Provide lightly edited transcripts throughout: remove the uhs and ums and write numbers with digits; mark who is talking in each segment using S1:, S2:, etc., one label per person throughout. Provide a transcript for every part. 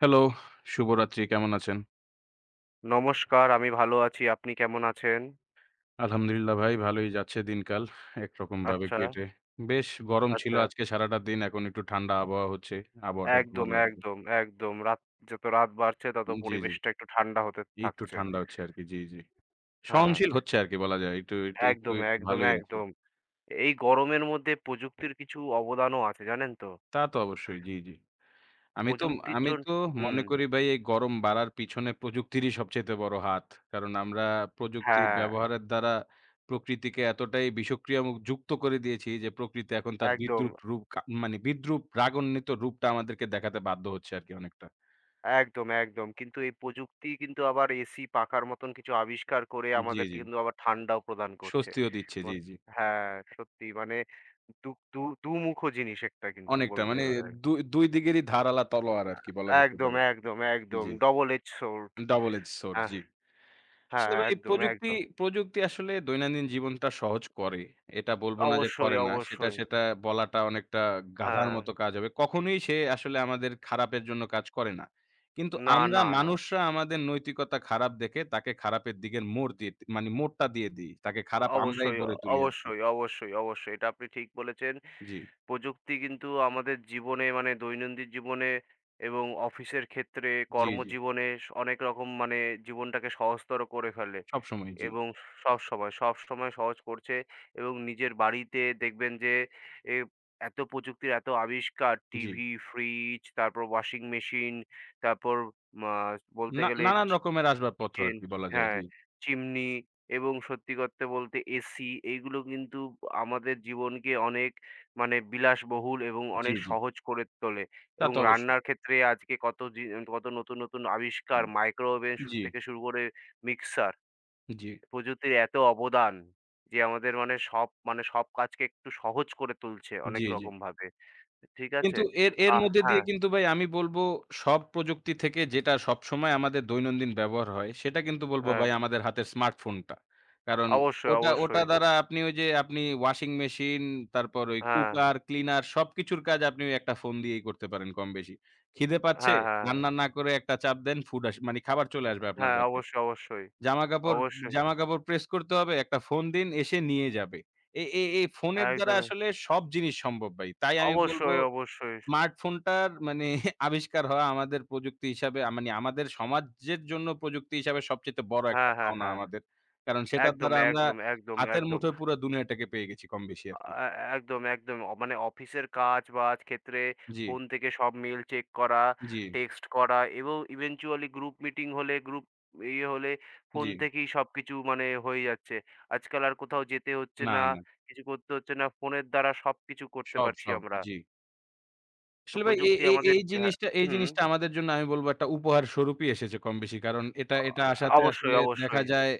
S1: Hello, শুভরাত্রি। কেমন আছেন?
S2: নমস্কার, আমি ভালো আছি। আপনি কেমন আছেন?
S1: আলহামদুলিল্লাহ ভাই ভালোই যাচ্ছে দিনকাল। একরকমভাবে
S2: আচ্ছা,
S1: কেটে। বেশ গরম ছিল
S2: আচ্ছা।
S1: আজকে সারাটা দিন। এখন একটু ঠান্ডা আবহাওয়া হচ্ছে। আবহাওয়াটা একটু
S2: একদম,
S1: বদলাচ্ছে।
S2: একদম, একদম। যত রাত বাড়ছে তত
S1: জি, জি।
S2: পরিবেশটা একটু ঠান্ডা হতে
S1: একটু
S2: থাকছে।
S1: ঠান্ডা হচ্ছে আরকি। জি, জি।
S2: হ্যাঁ,
S1: সহনশীল হচ্ছে আরকি বলা যায়। একটু, একটু, একটু,
S2: একদম,
S1: একটু
S2: একদম,
S1: ভালোই আছি।
S2: একদম। এই গরমের মধ্যে প্রযুক্তির কিছু অবদানও আছে জানেন তো?
S1: তা তো অবশ্যই। জি, জি। আমি তো
S2: প্রযুক্তির
S1: আমি
S2: জন্য
S1: তো
S2: হুম,
S1: মনে করি ভাই এই গরম বাড়ার পিছনে প্রযুক্তিরই সবচাইতে বড় হাত। কারণ আমরা প্রযুক্তির
S2: হ্যাঁ,
S1: ব্যবহারের দ্বারা প্রকৃতিকে এতটাই বিষক্রিয়া যুক্ত করে দিয়েছি যে প্রকৃতি এখন তার
S2: একদম।
S1: বিদ্রূপ রাগান্বিত রূপটা আমাদেরকে দেখাতে বাধ্য হচ্ছে আরকি অনেকটা।
S2: একদম, একদম। কিন্তু এই প্রযুক্তি কিন্তু আবার এসি, পাখার মতন কিছু আবিষ্কার করে
S1: জি,
S2: আমাদেরকে
S1: জি।
S2: কিন্তু আবার ঠান্ডাও প্রদান করছে।
S1: স্বস্তিও দিচ্ছে।
S2: ম
S1: জি, জি।
S2: হ্যাঁ, সত্যি দু দু দুমুখো জিনিস একটা কিন্তু
S1: অনেকটা
S2: বলতে
S1: মানে
S2: পারেন।
S1: ২ দিকেরই ধারালা তলোয়ার আরকি বলা যেতে
S2: একদম,
S1: পারে।
S2: একদম, একদম।
S1: জি।
S2: Double edge sword.
S1: Double edge sword
S2: হ্যাঁ,
S1: জি।
S2: হ্যাঁ,
S1: আসলে ভাই
S2: একদম,
S1: প্রযুক্তি,
S2: একদম।
S1: প্রযুক্তি আসলে দৈনন্দিন জীবনটা সহজ করে। এটা বলবো না যে
S2: অবশ্যই,
S1: করে না। সেটা,
S2: অবশ্যই।
S1: সেটা বলাটা অনেকটা গাধার
S2: হ্যাঁ।
S1: মতো কাজ হবে। কখনোই সে আসলে আমাদের খারাপের জন্য কাজ করে না। কিন্তু
S2: না,
S1: আমরা
S2: না, না।
S1: মানুষরা আমাদের নৈতিকতা খারাপ দেখে তাকে খারাপের দিকের মোড় দিয়ে মোড়টা দিয়ে দিই। তাকে খারাপ আমরাই
S2: অবশ্যই,
S1: গড়ে তুলি আরকি।
S2: অবশ্যই, অবশ্যই, অবশ্যই। এটা আপনি ঠিক বলেছেন।
S1: জি,
S2: প্রযুক্তি কিন্তু আমাদের জীবনে মানে দৈনন্দিন জীবনে এবং অফিসের ক্ষেত্রে
S1: জি, জি।
S2: কর্মজীবনে অনেক রকম মানে জীবনটাকে সহজতর করে ফেলে
S1: সবসময় জি,
S2: এবং সবসময়, সবসময় সহজ করছে এবং নিজের বাড়িতে দেখবেন যে এ এত প্রযুক্তির এত আবিষ্কার
S1: জি।
S2: টিভি, ফ্রিজ, তারপর ওয়াশিং মেশিন, তারপর মা বলতে
S1: না
S2: গেলে
S1: নানান রকমের আসবাবপত্র
S2: কিচেন,
S1: আরকি বলা যায়।
S2: হ্যাঁ,
S1: জি,
S2: চিমনি এবং সত্যি করতে বলতে এসি এইগুলো কিন্তু আমাদের জীবনকে অনেক মানে বিলাসবহুল এবং
S1: জি,
S2: অনেক
S1: জি।
S2: সহজ করে তোলে
S1: তা
S2: এবং
S1: তো অবশ্যই।
S2: রান্নার ক্ষেত্রে আজকে কত জি কত নতুন, নতুন আবিষ্কার মাইক্রোওভেন
S1: জি,
S2: থেকে শুরু করে মিক্সার
S1: জি,
S2: প্রযুক্তির এত অবদান যে আমাদের মানে সব মানে সব কাজকে একটু সহজ করে তুলছে অনেক
S1: জি, জি।
S2: রকমভাবে। ঠিক আছে?
S1: কিন্তু এর এর
S2: আহ
S1: মধ্যে দিয়ে
S2: হ্যাঁ,
S1: কিন্তু ভাই আমি বলবো সব প্রযুক্তি থেকে যেটা সবসময় আমাদের দৈনন্দিন ব্যবহার হয় সেটা কিন্তু বলবো
S2: হ্যাঁ,
S1: ভাই আমাদের হাতের স্মার্টফোনটা। কারণ
S2: অবশ্যই,
S1: ওটা ওটা
S2: অবশ্যই।
S1: দ্বারা আপনি ওই যে আপনি ওয়াশিং মেশিন, তারপর ওই
S2: হ্যাঁ,
S1: কুকার, ক্লিনার সবকিছুর কাজ আপনি ওই একটা ফোন দিয়েই করতে পারেন কম বেশি। খিদে পাচ্ছে?
S2: হ্যাঁ, হ্যাঁ,
S1: রান্না না করে একটা চাপ দেন ফুড আস মানে খাবার চলে আসবে আপনার
S2: হ্যাঁ,
S1: কাছে।
S2: অবশ্যই, অবশ্যই,
S1: জামাকাপড়
S2: অবশ্যই।
S1: জামাকাপড় প্রেস করতে হবে? একটা ফোন দিন এসে নিয়ে যাবে। এ এ এই ফোনের দ্বারা
S2: একদমই।
S1: আসলে সব জিনিস সম্ভব ভাই। তাই আমি বলবো
S2: অবশ্যই, অবশ্যই।
S1: স্মার্টফোনটার আবিষ্কার হওয়া আমাদের প্রযুক্তি হিসাবে আ মানে আমাদের সমাজের জন্য প্রযুক্তি হিসাবে সবচাইতে বড় একটা
S2: হ্যাঁ, হ্যাঁ,
S1: পাওনা
S2: হ্যাঁ।
S1: আমাদের। কারণ সেটার
S2: একদম,
S1: দ্বারা আমরা
S2: একদম, একদম,
S1: হাতের
S2: একদম।
S1: মুঠোয় পুরা দুনিয়াটাকে পেয়ে গেছি কমবেশি আরকি।
S2: আ একদম, একদম। মানে অফিসের কাজ-বাজ ক্ষেত্রে
S1: জি,
S2: ফোন থেকে সব মেইল চেক করা,
S1: জি,
S2: টেক্সট করা এবং eventually গ্রুপ মিটিং হলে গ্রুপ ইয়ে হলে ফোন
S1: জি।
S2: থেকেই সবকিছু মানে হয়ে যাচ্ছে। আজকাল আর কোথাও যেতে হচ্ছে
S1: না,
S2: না,
S1: না।
S2: কিছু করতে হচ্ছে না। ফোনের দ্বারা সবকিছু করতে
S1: সব,
S2: পারছি
S1: সব।
S2: আমরা।
S1: জি।
S2: তো
S1: আসলে ভাই এই
S2: প্রযুক্তি
S1: এই
S2: আমাদের
S1: এই
S2: হ্যাঁ,
S1: জিনিসটা এই
S2: হুম।
S1: জিনিসটা আমাদের জন্য আমি বলব একটা উপহার স্বরূপই এসেছে কম বেশি। কারণ এটা
S2: অ
S1: এটা আসাতে
S2: অবশ্যই,
S1: আসলে দেখা
S2: অবশ্যই,
S1: যায়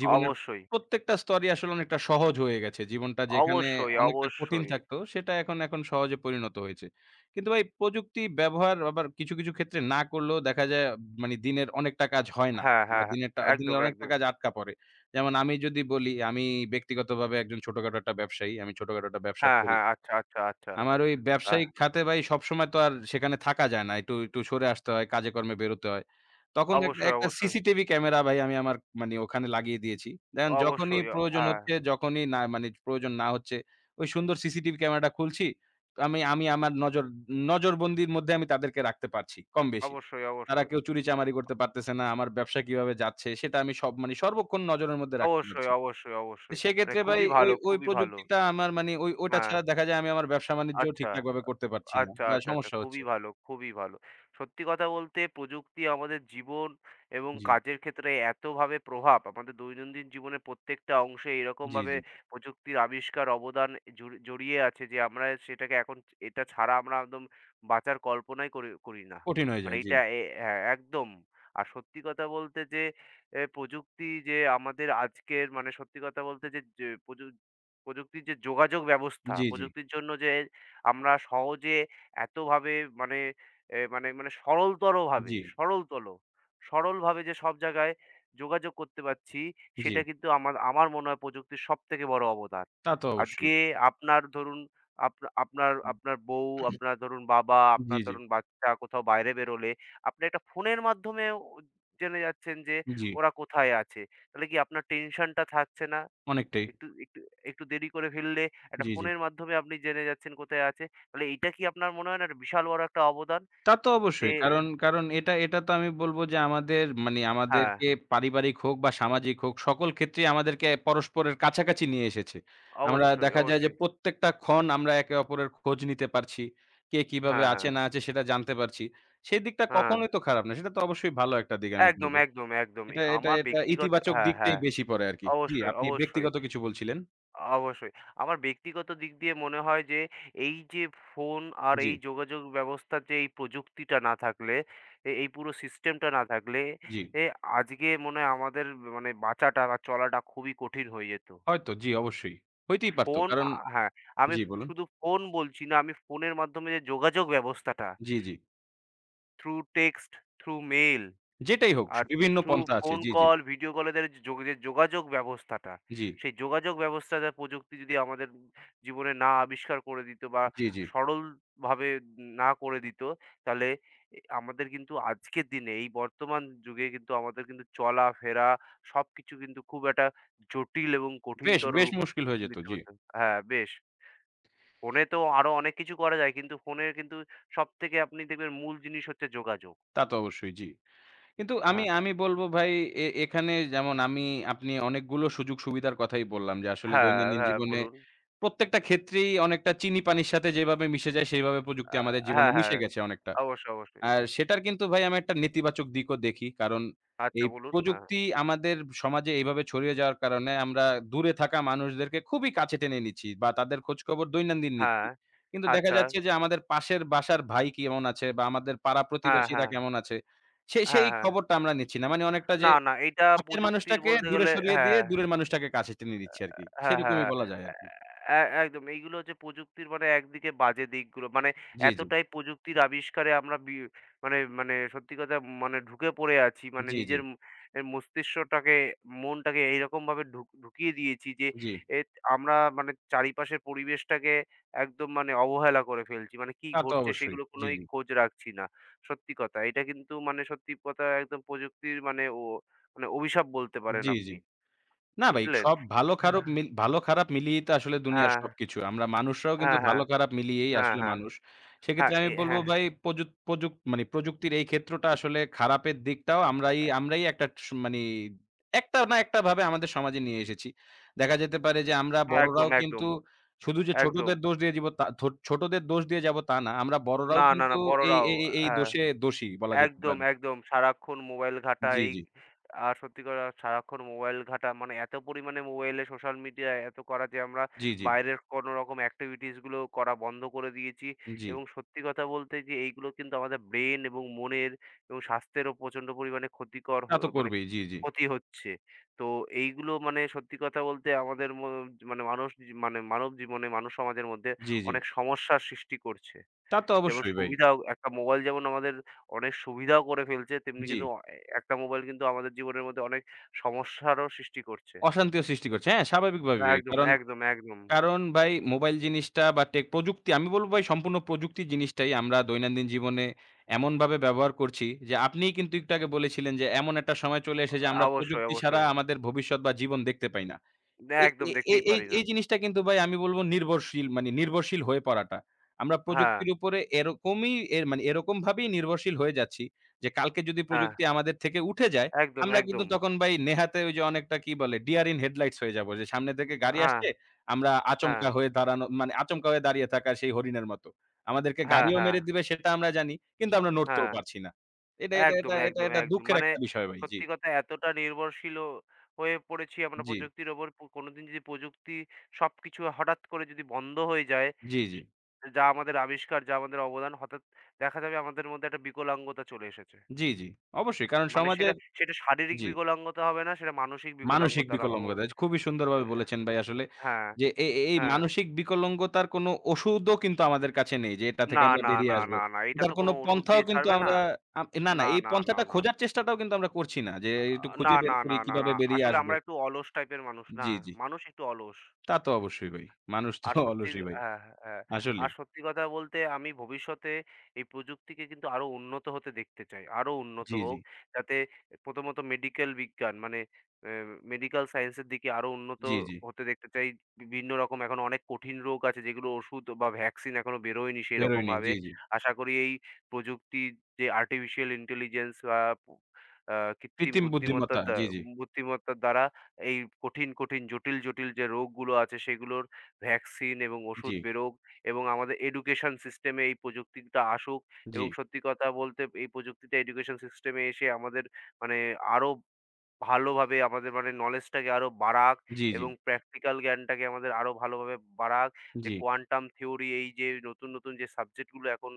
S1: জীবনের
S2: অবশ্যই,
S1: প্রত্যেকটা স্তরই আসলে অনেকটা সহজ হয়ে গেছে। জীবনটা যেখানে
S2: অবশ্যই,
S1: অনেকটা কঠিন
S2: অবশ্যই।
S1: থাকতো সেটা এখন এখন সহজে পরিণত হয়েছে। কিন্তু ভাই প্রযুক্তি ব্যবহার আবার কিছু, কিছু ক্ষেত্রে না করলেও দেখা যায় মানে দিনের অনেকটা কাজ হয় না।
S2: হ্যাঁ,
S1: বা
S2: হ্যাঁ, হ্যাঁ,
S1: দিনের
S2: একদম,
S1: অনেকটা
S2: একদম।
S1: কাজ আটকা পড়ে। যেমন আমি যদি বলি আমি ব্যক্তিগতভাবে একজন ছোটখাটো একটা ব্যবসায়ী। আমি ছোটখাটো একটা ব্যবসা
S2: হ্যাঁ,
S1: করি।
S2: হ্যাঁ, আচ্ছা, আচ্ছা, আচ্ছা।
S1: আমার ওই
S2: আহ
S1: ব্যবসায়িক খাতে ভাই সবসময় তো আর সেখানে থাকা যায় না। একটু সরে আসতে হয়, কাজে কর্মে বেরোতে হয়। তখন একটা,
S2: অবশ্যই,
S1: একটা
S2: অবশ্যই,
S1: সিসিটিভি ক্যামেরা ভাই আমি আমার মানে ওখানে লাগিয়ে দিয়েছি। দেখেন যখনই
S2: অবশ্যই,
S1: প্রয়োজন
S2: হ্যাঁ,
S1: হচ্ছে, যখনই না মানে প্রয়োজন না হচ্ছে, ওই সুন্দর সিসিটিভি ক্যামেরাটা খুলছি। আমি আমার নজরবন্দির মধ্যে আমি তাদেরকে রাখতে পারছি কম বেশি।
S2: অবশ্যই,
S1: তারা
S2: অবশ্যই,
S1: কেউ চুরিচামারি করতে পারতেছে না। আমার ব্যবসা কিভাবে যাচ্ছে সেটা আমি সব মানে সর্বক্ষণ নজরের মধ্যে রাখতে
S2: অবশ্যই,
S1: পারছি।
S2: অবশ্যই, অবশ্যই। মানে
S1: সেক্ষেত্রে ভাই
S2: খুবই
S1: ওই,
S2: ভালো,
S1: ওই
S2: খুবই ভালো।
S1: প্রযুক্তিটা আমার মানে ওই ওটা
S2: হ্যাঁ,
S1: ছাড়া দেখা যায় আমি আমার ব্যবসা-বাণিজ্য
S2: আচ্ছা।
S1: ঠিকঠাকভাবে করতে পারছি না
S2: আচ্ছা,
S1: বা
S2: আচ্ছা, আচ্ছা।
S1: সমস্যা হচ্ছে।
S2: খুবই ভালো, খুবই ভালো। সত্যি কথা বলতে প্রযুক্তি আমাদের জীবন এবং
S1: জি,
S2: কাজের ক্ষেত্রে এতভাবে প্রভাব, আমাদের দৈনন্দিন জীবনের প্রত্যেকটা অংশে
S1: জি,
S2: এরকমভাবে
S1: জি।
S2: প্রযুক্তির আবিষ্কার, অবদান জড়িয়ে আছে যে আমরা সেটাকে এখন এটা ছাড়া আমরা একদম বাঁচার কল্পনাই করি করি না।
S1: কঠিন হয়ে
S2: মানে
S1: যায়। জি,
S2: এইটা হ্যাঁ, একদম। আর সত্যি কথা বলতে যে এ প্রযুক্তি যে আমাদের আজকের মানে সত্যি কথা বলতে যে যে প্রযু প্রযুক্তির যে যোগাযোগ ব্যবস্থা,
S1: জি, জি,
S2: প্রযুক্তির জন্য যে আমরা সহজে এতভাবে মানে এ মানে মানে সরলতরভাবে
S1: জি,
S2: সরলতল সরলভাবে যে সব জায়গায় যোগাযোগ করতে পারছি,
S1: জি।
S2: সেটা কিন্তু আমার আমার মনে হয় প্রযুক্তির সবথেকে বড় অবদান।
S1: তা তো অবশ্যই।
S2: আজকে আপনার ধরুন আপ আপনার আপনার বউ, আপনার ধরুন বাবা,
S1: জি,
S2: আপনার
S1: জি,
S2: ধরুন বাচ্চা কোথাও বাইরে বেরোলে আপনি একটা ফোনের মাধ্যমেও জেনে যাচ্ছেন যে
S1: জি।
S2: ওরা কোথায় আছে। তাহলে কি আপনার টেনশনটা থাকছে না?
S1: অনেকটাই।
S2: একটু একটু একটু দেরি করে ফেললে একটা
S1: জি, জি।
S2: ফোনের মাধ্যমে আপনি জেনে যাচ্ছেন কোথায় আছে। তাহলে এইটা কি আপনার মনে হয় না একটা বিশাল বড় একটা অবদান?
S1: তা তো
S2: যে
S1: অবশ্যই। কারণ এটা তো আমি বলব যে আমাদের মানে
S2: হ্যাঁ,
S1: আমাদেরকে পারিবারিক হোক বা সামাজিক হোক সকল ক্ষেত্রেই আমাদেরকে পরস্পরের কাছাকাছি নিয়ে এসেছে। আমরা
S2: অবশ্যই,
S1: দেখা যায় যে
S2: অবশ্যই।
S1: প্রত্যেকটা ক্ষণ আমরা একে অপরের খোঁজ নিতে পারছি। কে কিভাবে
S2: হ্যাঁ,
S1: আছে
S2: হ্যাঁ,
S1: না আছে সেটা জানতে পারছি। সেই দিকটা
S2: হ্যাঁ।
S1: কখনোই তো খারাপ না। সেটা তো অবশ্যই ভালো একটা দিক আমি
S2: একদম,
S1: বলব।
S2: একদম, একদমই।
S1: এটা, এটা,
S2: আমার
S1: এটা
S2: ব্যক্তিগত
S1: ইতিবাচক
S2: হ্যাঁ,
S1: দিকটাই
S2: হ্যাঁ।
S1: বেশি পড়ে আরকি। জি,
S2: অবশ্যই,
S1: আপনি
S2: অবশ্যই,
S1: ব্যক্তিগত কিছু বলছিলেন?
S2: অবশ্যই। আমার ব্যক্তিগত দিক দিয়ে মনে হয় যে এই যে ফোন আর
S1: জি,
S2: এই যোগাযোগ ব্যবস্থার যে এই প্রযুক্তিটা না থাকলে, এই পুরো সিস্টেমটা না থাকলে,
S1: জি।
S2: এ আজকে মনে হয় আমাদের মানে বাঁচাটা বা চলাটা খুবই কঠিন হয়ে যেত।
S1: হয়তো জি অবশ্যই। হইতেই পারত।
S2: ফোন
S1: কারণ
S2: আ হ্যাঁ, আমি
S1: জি বলুন।
S2: শুধু ফোন বলছি না, আমি ফোনের মাধ্যমে যে যোগাযোগ ব্যবস্থাটা
S1: জি, জি।
S2: থ্রু টেক্সট, থ্রু মেইল
S1: যেটাই হোক
S2: আর
S1: বিভিন্ন
S2: থ্রু
S1: পন্থা আছে।
S2: ফোন
S1: জি, জি,
S2: কল, ভিডিও কল এদের যে যোগাযোগ ব্যবস্থাটা,
S1: জি,
S2: সেই যোগাযোগ ব্যবস্থাটা প্রযুক্তি যদি আমাদের জীবনে না আবিষ্কার করে দিত বা
S1: জি, জি।
S2: সরলভাবে না করে দিত, তাহলে আমাদের কিন্তু আজকের দিনে এই বর্তমান যুগে কিন্তু আমাদের কিন্তু চলাফেরা সবকিছু কিন্তু খুব একটা জটিল এবং
S1: বেশ,
S2: কঠিনতর
S1: বেশ
S2: রূপ
S1: মুশকিল হয়ে যেত।
S2: নিতে
S1: জি।
S2: হতো। হ্যাঁ, বেশ। ফোনে তো আরো অনেক কিছু করা যায়। কিন্তু ফোনে কিন্তু সবথেকে আপনি দেখবেন মূল জিনিস হচ্ছে যোগাযোগ।
S1: তা তো অবশ্যই, জি। কিন্তু আমি,
S2: হ্যাঁ,
S1: আমি বলব ভাই এ এখানে যেমন আমি আপনি অনেকগুলো সুযোগ সুবিধার কথাই বললাম যে আসলে
S2: হ্যাঁ,
S1: দৈনন্দিন
S2: হ্যাঁ,
S1: জীবনে
S2: বলুন।
S1: প্রত্যেকটা ক্ষেত্রেই অনেকটা চিনি পানির সাথে যেভাবে মিশে যায় সেভাবে প্রযুক্তি
S2: আ
S1: আমাদের জীবনে
S2: হ্যাঁ,
S1: মিশে
S2: হ্যাঁ।
S1: গেছে অনেকটা।
S2: অবশ্যই, অবশ্যই।
S1: আর সেটার কিন্তু ভাই আমি একটা নেতিবাচক দিকও দেখি। কারণ
S2: আচ্ছা
S1: এই
S2: বলুন। হ্যাঁ,
S1: প্রযুক্তি আমাদের সমাজে এইভাবে ছড়িয়ে যাওয়ার কারণে আমরা দূরে থাকা মানুষদেরকে খুবই কাছে টেনে নিচ্ছি বা তাদের খোঁজখবর দৈনন্দিন নিচ্ছি।
S2: হ্যাঁ।
S1: কিন্তু দেখা
S2: আচ্ছা।
S1: যাচ্ছে যে আমাদের পাশের বাসার ভাই কেমন আছে বা আমাদের পাড়া
S2: হ্যাঁ,
S1: প্রতিবেশীরা
S2: হ্যাঁ।
S1: কেমন আছে সেই
S2: হ্যাঁ, হ্যাঁ।
S1: খবরটা আমরা নিচ্ছি না। মানে অনেকটা যে
S2: না, না, এটা
S1: কাছের
S2: প্রযুক্তির
S1: মানুষটাকে
S2: বলতে
S1: দূরে
S2: গেলে
S1: সরিয়ে দিয়ে
S2: হ্যাঁ।
S1: দূরের মানুষটাকে কাছে টেনে নিচ্ছি আরকি।
S2: হ্যাঁ, হ্যাঁ,
S1: সেরকমই
S2: হ্যাঁ।
S1: বলা যায় আরকি।
S2: এ এ একদম এইগুলো হচ্ছে প্রযুক্তির মানে একদিকে বাজে দিকগুলো। মানে
S1: জি, জি।
S2: এতটাই প্রযুক্তির আবিষ্কারে আমরা বি মানে মানে সত্যি কথা মানে ঢুকে পড়ে আছি। মানে
S1: জি, জি।
S2: নিজের ম এ মস্তিষ্কটাকে, মনটাকে এইরকমভাবে ঢুকিয়ে দিয়েছি যে
S1: জি।
S2: এত আমরা মানে চারিপাশের পরিবেশটাকে একদম মানে অবহেলা করে ফেলছি। মানে কি
S1: তা তো
S2: ঘটছে
S1: অবশ্যই।
S2: সেগুলো
S1: জি,
S2: কোনোই
S1: জি।
S2: খোঁজ রাখছি না। সত্যি কথা। এটা কিন্তু মানে সত্যি কথা একদম প্রযুক্তির মানে অভিশাপ বলতে পারেন
S1: জি, জি।
S2: আপনি।
S1: না ভাই,
S2: বুঝলেন?
S1: সব ভালো খারপ
S2: হ্যাঁ,
S1: মিল ভালো খারাপ মিলিয়েই তো আসলে দুনিয়ার
S2: হ্যাঁ।
S1: সবকিছু। আমরা মানুষরাও কিন্তু
S2: হ্যাঁ, হ্যাঁ।
S1: ভালো খারাপ মিলিয়েই
S2: হ্যাঁ,
S1: আসলে
S2: হ্যাঁ।
S1: মানুষ।
S2: হ্যাঁ,
S1: সেক্ষেত্রে আমি বলব
S2: হ্যাঁ, হ্যাঁ।
S1: ভাই প্রযুক প্রযুক মানে প্রযুক্তির এই ক্ষেত্রটা আসলে খারাপের দিকটাও আমরাই আমরাই একটা স মানি একটা না একটা ভাবে আমাদের সমাজে নিয়ে এসেছি। দেখা যেতে পারে যে আমরা
S2: হ্যাঁ, একদম,
S1: বড়রাও
S2: একদম,
S1: কিন্তু শুধু যে
S2: একদম।
S1: ছোটদের দোষ দিয়ে দিব তা ছোটদের দোষ দিয়ে যাব তা না। আমরা
S2: না,
S1: বড়রাও
S2: না,
S1: কিন্তু
S2: না,
S1: এই
S2: বড়রাও
S1: এই এই এই
S2: হ্যাঁ।
S1: দোষে দোষী বলা যেতে
S2: একদম,
S1: পারে।
S2: একদম। সারাক্ষণ মোবাইল ঘাঁটা
S1: জি,
S2: এই
S1: জি।
S2: আর সত্যি কথা সারাক্ষণ মোবাইল ঘাঁটা মানে এত পরিমাণে মোবাইলে সোশ্যাল মিডিয়ায় এত করা যে আমরা
S1: জি, জি।
S2: বাইরের কোনো রকম অ্যাক্টিভিটিস গুলো করা বন্ধ করে দিয়েছি
S1: জি।
S2: এবং সত্যি কথা বলতে যে এইগুলো কিন্তু আমাদের ব্রেন এবং মনের এবং স্বাস্থ্যেরও প্রচণ্ড পরিমাণে
S1: তা তো করবেই। জি, জি।
S2: ক্ষতি হচ্ছে। তো এইগুলো মানে সত্যি কথা বলতে আমাদের ম মানে মানুষ মানে মানব জীবনে, মানব সমাজের মধ্যে
S1: জি, জি।
S2: অনেক সমস্যার সৃষ্টি করছে।
S1: তা তো
S2: যেমন
S1: অবশ্যই ভাই।
S2: সুবিধাও একটা মোবাইল যেমন আমাদের অনেক সুবিধাও করে ফেলছে, তেমনি
S1: জি।
S2: কিন্তু অ এ একটা মোবাইল কিন্তু আমাদের জীবনের মধ্যে অনেক সমস্যারও সৃষ্টি করছে।
S1: অশান্তিও সৃষ্টি করছে। হ্যাঁ, স্বাভাবিকভাবে ভাই।
S2: একদম,
S1: কারণ,
S2: একদম, একদম।
S1: কারণ ভাই মোবাইল জিনিসটা বা টেক প্রযুক্তি আমি বলব ভাই সম্পূর্ণ প্রযুক্তি জিনিসটাই আমরা দৈনন্দিন জীবনে এমনভাবে ব্যবহার করছি যে আপনিই কিন্তু একটু আগে বলেছিলেন যে এমন একটা সময় চলে এসেছে যে আমরা
S2: অবশ্যই,
S1: প্রযুক্তি ছাড়া
S2: অবশ্যই।
S1: আমাদের ভবিষ্যৎ বা জীবন দেখতে পাই না। এ
S2: একদম
S1: এ এ
S2: দেখতেই
S1: এই
S2: পারি না।
S1: এই জিনিসটা কিন্তু ভাই আমি বলব নির্ভরশীল মানে নির্ভরশীল হয়ে পড়াটা। আমরা
S2: হ্যাঁ,
S1: প্রযুক্তির উপরে এরকমই এর মানে এরকমভাবেই নির্ভরশীল হয়ে যাচ্ছি যে কালকে যদি
S2: হ্যাঁ।
S1: প্রযুক্তি আমাদের থেকে উঠে যায়,
S2: একদম,
S1: আমরা কিন্তু
S2: একদম।
S1: তখন ভাই নেহাতে ওই যে অনেকটা কি বলে ডিয়ার ইন হেডলাইটস হয়ে যাবো। যে সামনে থেকে গাড়ি
S2: হ্যাঁ,
S1: আসছে আমরা
S2: হ্যাঁ,
S1: আচমকা হয়ে দাঁড়িয়ে থাকা সেই হরিণের মতো। আমাদেরকে
S2: হ্যাঁ,
S1: গাড়িও
S2: হ্যাঁ,
S1: মেরে দিবে সেটা আমরা জানি। কিন্তু আমরা নড়তেও
S2: হ্যাঁ।
S1: পারছি না। এটা এটা এটা
S2: একদম,
S1: এটা
S2: একদম,
S1: এটা
S2: একদম।
S1: দুঃখের
S2: মানে
S1: একটা বিষয় ভাই। জি,
S2: সত্যি কথা এতটা নির্ভরশীল হয়ে পড়েছি আমরা
S1: জি,
S2: প্রযুক্তির ওপর কোনোদিন যদি প্রযুক্তি সবকিছু হঠাৎ করে যদি বন্ধ হয়ে যায়,
S1: জি, জি,
S2: স যা আমাদের আবিষ্কার, যা আমাদের অবদান হঠাৎ দেখা যাবে আমাদের মধ্যে একটা বিকলাঙ্গতা চলে এসেছে।
S1: জি, জি। অবশ্যই কারণ
S2: মানে সেটা
S1: সমাজের
S2: সেটা শারীরিক
S1: জি।
S2: বিকলাঙ্গতা হবে না, সেটা মানসিক
S1: মানসিক
S2: বিকলাঙ্গতার আমার মনে
S1: বিকলাঙ্গতা। খুবই সুন্দরভাবে বলেছেন ভাই আসলে
S2: হ্যাঁ,
S1: যে এ এ- এই
S2: হ্যাঁ।
S1: মানসিক বিকলাঙ্গতার কোনো ওষুধও কিন্তু আমাদের কাছে নেই যে এটা থেকে
S2: না,
S1: আমরা
S2: না,
S1: বেরিয়ে
S2: না,
S1: আসবো।
S2: না, না। এটা
S1: এটার
S2: তো
S1: কোনো
S2: কোনো ওষুধ
S1: পন্থাও
S2: দিয়ে
S1: কিন্তু
S2: ছাড়বে না।
S1: আমরা আম না, না
S2: না,
S1: এই
S2: না, না,
S1: পন্থাটা
S2: না।
S1: খোঁজার চেষ্টাটাও কিন্তু আমরা করছি না যে একটু
S2: না,
S1: খুঁজে বের
S2: না,
S1: করি
S2: না, না,
S1: কিভাবে
S2: না।
S1: বেরিয়ে
S2: আসলে
S1: আসবো।
S2: আমরা একটু অলস টাইপের মানুষ না।
S1: জি, জি।
S2: মানুষ একটু অলস।
S1: তা তো অবশ্যই ভাই। মানুষ তো
S2: আর সত্যি
S1: অলসই ভাই।
S2: হ্যাঁ, হ্যাঁ। হ্যাঁ। আর
S1: আসলেই।
S2: সত্যি কথা বলতে আমি ভবিষ্যতে এই প্রযুক্তিকে কিন্তু আরো উন্নত হতে দেখতে চাই। আরো উন্নত
S1: জি, জি,
S2: হোক। যাতে প্রথমত মেডিকেল বিজ্ঞান মানে অ্যা মেডিকেল সায়েন্স এর দিকে আরো উন্নত
S1: জি, জি।
S2: হতে দেখতে চাই। বিভিন্ন রকম এখন অনেক কঠিন রোগ আছে যেগুলো ওষুধ বা ভ্যাকসিন এখনো বেরোয়নি
S1: বেরোয়নি।
S2: সেরকমভাবে।
S1: জি, জি।
S2: আশা করি এই প্রযুক্তির যে আর্টিফিশিয়াল ইন্টেলিজেন্স বা কৃত্রিম
S1: কৃত্রিম বুদ্ধিমত্তা।
S2: বুদ্ধিমত্তার দ্বা
S1: জি, জি,
S2: বুদ্ধিমত্তার দ্বারা এই কঠিন, কঠিন জটিল, জটিল যে রোগগুলো আছে সেগুলোর ভ্যাকসিন এবং
S1: জি,
S2: ওষুধ বেরোক এবং আমাদের এডুকেশন সিস্টেমে এই প্রযুক্তিটা আসুক
S1: জি,
S2: এবং সত্যি কথা বলতে এই প্রযুক্তিটা এডুকেশন সিস্টেমে এসে আমাদের মানে আরো ভালোভাবে আমাদের মানে নলেজটাকে আরো বাড়াক
S1: জি, জি, জি,
S2: এবং প্র্যাকটিক্যাল জ্ঞানটাকে আমাদের আরো ভালোভাবে বাড়াক। যে
S1: জি,
S2: কোয়ান্টাম থিওরি এই যে নতুন, নতুন যে সাবজেক্টগুলো এখন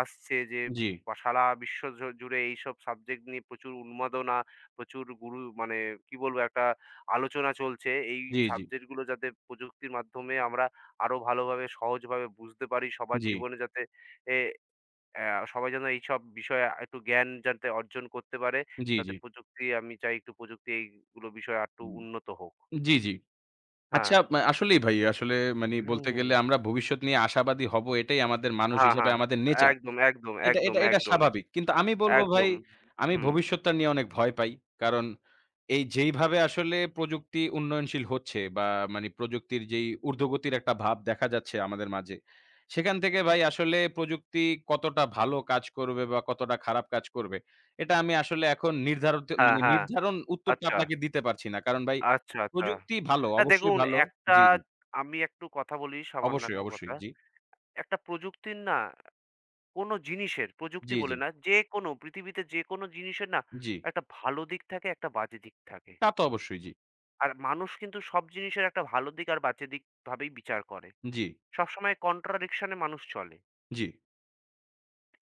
S2: আসছে যে
S1: জি,
S2: বা সারা বিশ্ব জুড়ে এইসব সাবজেক্ট নিয়ে প্রচুর উন্মাদনা, প্রচুর গুরু মানে কি বলবো একটা আলোচনা চলছে। এই
S1: জি, জি,
S2: সাবজেক্টগুলো যাতে প্রযুক্তির মাধ্যমে আমরা আরো ভালোভাবে সহজভাবে বুঝতে পারি, সবার
S1: জি,
S2: জীবনে যাতে এ অ্যা সবাই যেন এইসব বিষয়ে একটু জ্ঞান যাতে অর্জন করতে পারে,
S1: জি,
S2: তাতে প্রযুক্তি আমি চাই একটু প্রযুক্তি এইগুলো বিষয়ে আরেকটু উন্নত হোক।
S1: জি, জি।
S2: হ্যাঁ।
S1: আচ্ছা, আসলেই ভাই আসলে
S2: হুম,
S1: বলতে
S2: হুম।
S1: গেলে আমরা ভবিষ্যৎ নিয়ে আশাবাদী হব এটাই আমাদের মানুষ
S2: হ্যাঁ,
S1: হিসেবে
S2: হ্যাঁ।
S1: আমাদের নেচার।
S2: একদম, একদম,
S1: এটা
S2: একদম,
S1: এটা এটা
S2: একদম,
S1: স্বাভাবিক। কিন্তু আমি বলবো ভাই,
S2: একদম।
S1: আমি
S2: হুম।
S1: ভবিষ্যৎটা নিয়ে অনেক ভয় পাই। কারণ এই যেইভাবে আসলে প্রযুক্তি উন্নয়নশীল হচ্ছে বা মানে প্রযুক্তির যেই ঊর্ধ্বগতির একটা ভাব দেখা যাচ্ছে আমাদের মাঝে। সেখান থেকে ভাই আসলে প্রযুক্তি কতটা ভালো কাজ করবে বা কতটা খারাপ কাজ করবে, এটা আমি আসলে এখন নির্ধারত
S2: হ্যাঁ,
S1: মানে
S2: হ্যাঁ।
S1: নির্ধারণ উত্তরটা
S2: আচ্ছা,
S1: আপনাকে দিতে পারছি না। কারণ ভাই
S2: আচ্ছা, আচ্ছা।
S1: প্রযুক্তি ভালো,
S2: হ্যাঁ,
S1: অবশ্যই
S2: দেখুন
S1: ভালো।
S2: একটা
S1: জি, জি।
S2: আমি একটু কথা বলি, সামান্য
S1: অবশ্যই,
S2: একটু
S1: অবশ্যই।
S2: কথা।
S1: জি।
S2: একটা প্রযুক্তির না কোনো জিনিসের, প্রযুক্তি
S1: জি, জি।
S2: বলে না, যেকোনো পৃথিবীতে যেকোনো জিনিসের না
S1: জি।
S2: একটা ভালো দিক থাকে, একটা বাজে দিক থাকে।
S1: তা তো অবশ্যই। জি।
S2: আর মানুষ কিন্তু সব জিনিসের একটা ভালো দিক আর বাজে দিক ভাবেই বিচার করে।
S1: জি,
S2: সবসময় কন্ট্রাডিকশন এ মানুষ চলে।
S1: জি।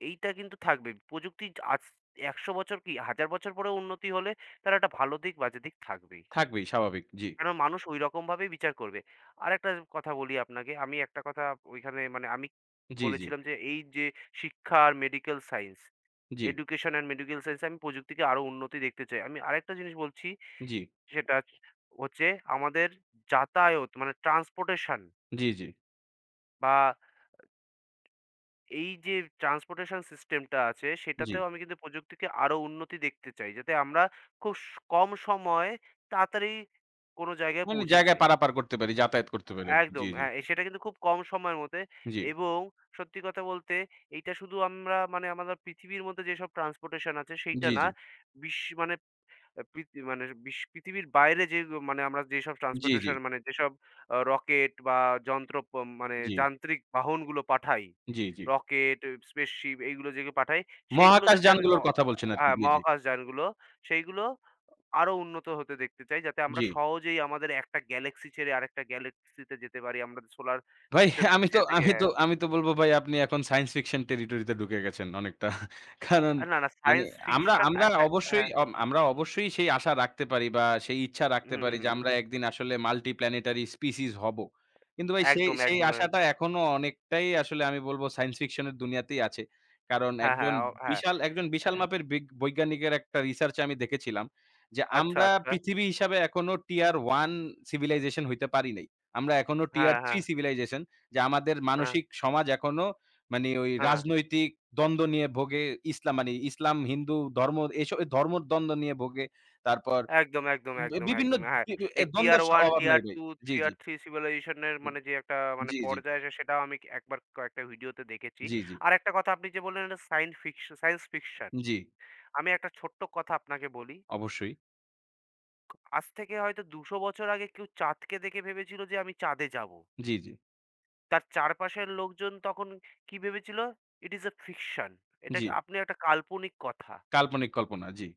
S2: এইটা কিন্তু থাকবে। প্রযুক্তি আজ ১০০ বছর কি ১০০০ বছর পরেও উন্নতি হলে তার একটা ভালো দিক বাজে দিক থাকবেই।
S1: থাকবেই স্বাভাবিক। জি,
S2: কারণ মানুষ ঐরকম ভাবেই বিচার করবে। আরেকটা কথা বলি আপনাকে। আমি একটা কথা ওইখানে মানে আমি
S1: জি, জি,
S2: বলেছিলাম যে এই যে শিক্ষা আর মেডিকেল সায়েন্স,
S1: জি,
S2: এডুকেশন অ্যান্ড মেডিকেল সায়েন্স এ আমি প্রযুক্তিকে আরো উন্নতি দেখতে চাই। আমি আরেকটা জিনিস বলছি
S1: জি,
S2: সেটা হচ্ছে হচ্ছে আমাদের যাতায়াত মানে ট্রান্সপোর্টেশন
S1: জি, জি,
S2: বা এই যে ট্রান্সপোর্টেশন সিস্টেমটা আছে
S1: জি।
S2: সেটাতেও আমি কিন্তু প্রযুক্তিকে আরো উন্নতি দেখতে চাই যাতে আমরা কম সময়ে তাড়াতাড়ি কোনো জায়গায়
S1: মানে
S2: পৌঁছে
S1: জায়গায়
S2: যাই
S1: পারাপার করতে পারি, যাতায়াত করতে পারি আরকি। জি,
S2: একদম
S1: জি,
S2: হ্যাঁ এ- সেটা কিন্তু খুব কম সময়ের মধ্যে
S1: জি,
S2: এবং সত্যি কথা বলতে এইটা শুধু আমরা মানে আমাদের পৃথিবীর মধ্যে যেসব ট্রান্সপোর্টেশন আছে সেইটা
S1: জি,
S2: না
S1: জি,
S2: বিশ্ব মানে আ পৃথি মানে বিশ পৃথিবীর বাইরে যে মানে আমরা যেসব
S1: জি, জি,
S2: ট্রান্সপোর্টেশন মানে যেসব রকেট বা যন্ত্র প মানে
S1: জি,
S2: যান্ত্রিক বাহনগুলো পাঠাই,
S1: জি, জি।
S2: রকেট, স্পেসশিপ এইগুলো যেগুলো পাঠাই, সেইগুলো
S1: মহাকাশ
S2: যাতে আমি অ
S1: যানগুলোর কথা বলছেন আরকি।
S2: হ্যাঁ,
S1: জি, জি,
S2: মহাকাশযানগুলো সেইগুলো আরো উন্নত হতে দেখতে চাই। যাতে আমরা
S1: জি।
S2: সহজেই আমাদের একটা গ্যালাক্সি ছেড়ে আরেকটা গ্যালাক্সিতে যেতে পারি। আমরা সোলার
S1: ভাই
S2: সিস্টেম
S1: আমি তো
S2: ছেড়ে থেকে
S1: আমি তো
S2: হ্যাঁ।
S1: আমি তো বলব ভাই আপনি এখন সায়েন্স ফিকশন টেরিটরিতে ঢুকে গেছেন অনেকটা। কারণ
S2: আর না, না
S1: মানে
S2: সায়েন্স
S1: আমরা
S2: ফিকশন
S1: আমরা
S2: একটা
S1: অবশ্যই
S2: হ্যাঁ, হ্যাঁ,
S1: আমরা অবশ্যই সেই আশা রাখতে পারি বা সেই ইচ্ছা রাখতে
S2: হুম,
S1: পারি
S2: হুম,
S1: যে
S2: হুম।
S1: আমরা একদিন আসলে মাল্টি প্ল্যানেটারি স্পিসিস হব। কিন্তু ভাই সেই
S2: একদম,
S1: সেই
S2: একদম।
S1: আশাটা এখনো অনেকটাই আসলে আমি বলব সায়েন্স ফিকশন এর দুনিয়াতেই আছে। কারণ
S2: হ্যাঁ, হ্যাঁ, হ্যাঁ।
S1: বিশাল একজন বিশাল মাপের বিগ বৈজ্ঞানিকের একটা রিসার্চ এ আমি দেখেছিলাম যে
S2: আচ্ছা,
S1: আমরা
S2: আচ্ছা।
S1: পৃথিবী হিসাবে এখনো টিয়ার 1 সিভিলাইজেশন হইতে পারি নাই। আমরা এখনো টিয়ার
S2: হ্যাঁ,
S1: 3
S2: হ্যাঁ,
S1: সিভিলাইজেশন যে আমাদের
S2: হ্যাঁ,
S1: মানসিক সমাজ এখনো মানে ওই
S2: হ্যাঁ।
S1: রাজনৈতিক দ্বন্দ্ব নিয়ে ভোগে। ইসলাম, হিন্দু ধর্ম এসব ধর্মর দ্বন্দ্ব নিয়ে ভোগে। তারপর
S2: একদম, একদম,
S1: বি
S2: একদম,
S1: বিভিন্ন
S2: একদম। হ্যাঁ,
S1: বি বি- এ
S2: এই টিয়ার
S1: দ্বন্দ্বের
S2: 1,
S1: অভাব নাই
S2: টিয়ার
S1: ভাই।
S2: 2,
S1: জি, জি।
S2: টিয়ার 3 সিভিলাইজেশন এর মানে যে একটা মানে
S1: জি, জি,
S2: পর্যায় আছে সেটাও আমি একবার কয়েকটা ভিডিওতে দেখেছি।
S1: জি, জি,
S2: আরেকটা কথা আপনি যে বললেন এটা সাইন্স ফিকশন সায়েন্স ফিকশন।
S1: জি,
S2: আমি একটা ছোট্ট কথা আপনাকে বলি।
S1: অবশ্যই।
S2: আজ থেকে হয়তো ২০০ বছর আগে কেউ চাঁদকে দেখে ভেবেছিল যে আমি চাঁদে যাবো।
S1: জি, জি,
S2: তার চারপাশের লোকজন তখন কি ভেবেছিল? It is a fiction.
S1: জি।
S2: এটাকে আপনি একটা কাল্পনিক কথা।
S1: কাল্পনিক কল্পনা। জি,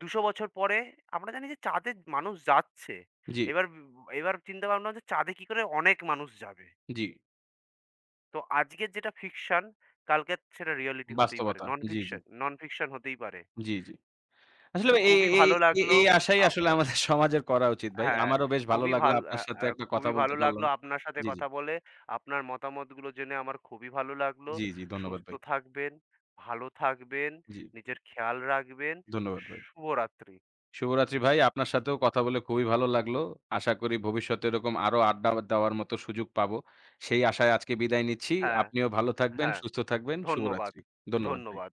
S2: ২০০ বছর পরে আমরা জানি যে চাঁদে মানুষ যাচ্ছে।
S1: জি,
S2: এবার উম এবার চিন্তা ভাবনা হচ্ছে চাঁদে কি করে অনেক মানুষ যাবে।
S1: জি।
S2: তো আজকের যেটা ফিকশন কালকে সেটা রিয়ালিটি হতেই পারে।
S1: বাস্তবতা। জি, জি,
S2: নন ফিকশন হতেই পারে।
S1: জি, জি।
S2: তা
S1: আসলে ভাই এই
S2: খুবই
S1: এই
S2: ভালো
S1: এই
S2: লাগলো।
S1: এই আশাই
S2: আ
S1: আসলে আমাদের সমাজের করা উচিত ভাই।
S2: হ্যাঁ,
S1: আমারও বেশ ভালো
S2: খুবই
S1: লাগলো
S2: ভাল আ
S1: আপনার সাথে
S2: আ
S1: একটা কথা
S2: খুবই
S1: বলতে
S2: ভালো লাগলো
S1: পারলাম।
S2: আপনার সাথে
S1: জি, জি,
S2: কথা বলে। আপনার মতামতগুলো জেনে আমার খুবই ভালো লাগলো।
S1: জি, জি। ধন্যবাদ
S2: সুস্থ
S1: ভাই।
S2: থাকবেন, ভালো থাকবেন,
S1: জি।
S2: নিজের খেয়াল রাখবেন।
S1: ধন্যবাদ ভাই।
S2: শুভরাত্রি।
S1: শুভরাত্রি ভাই। আপনার সাথেও কথা বলে খুবই ভালো লাগলো। আশা করি ভবিষ্যতে এরকম আরো আড্ডা দেওয়ার মতো সুযোগ পাবো। সেই আশায় আজকে বিদায় নিচ্ছি।
S2: হ্যাঁ,
S1: আপনিও ভালো থাকবেন,
S2: হ্যাঁ।
S1: সুস্থ থাকবেন।
S2: ধন্যবাদ।
S1: শুভরাত্রি। ধন্যবাদ ভাই।
S2: ধন্যবাদ।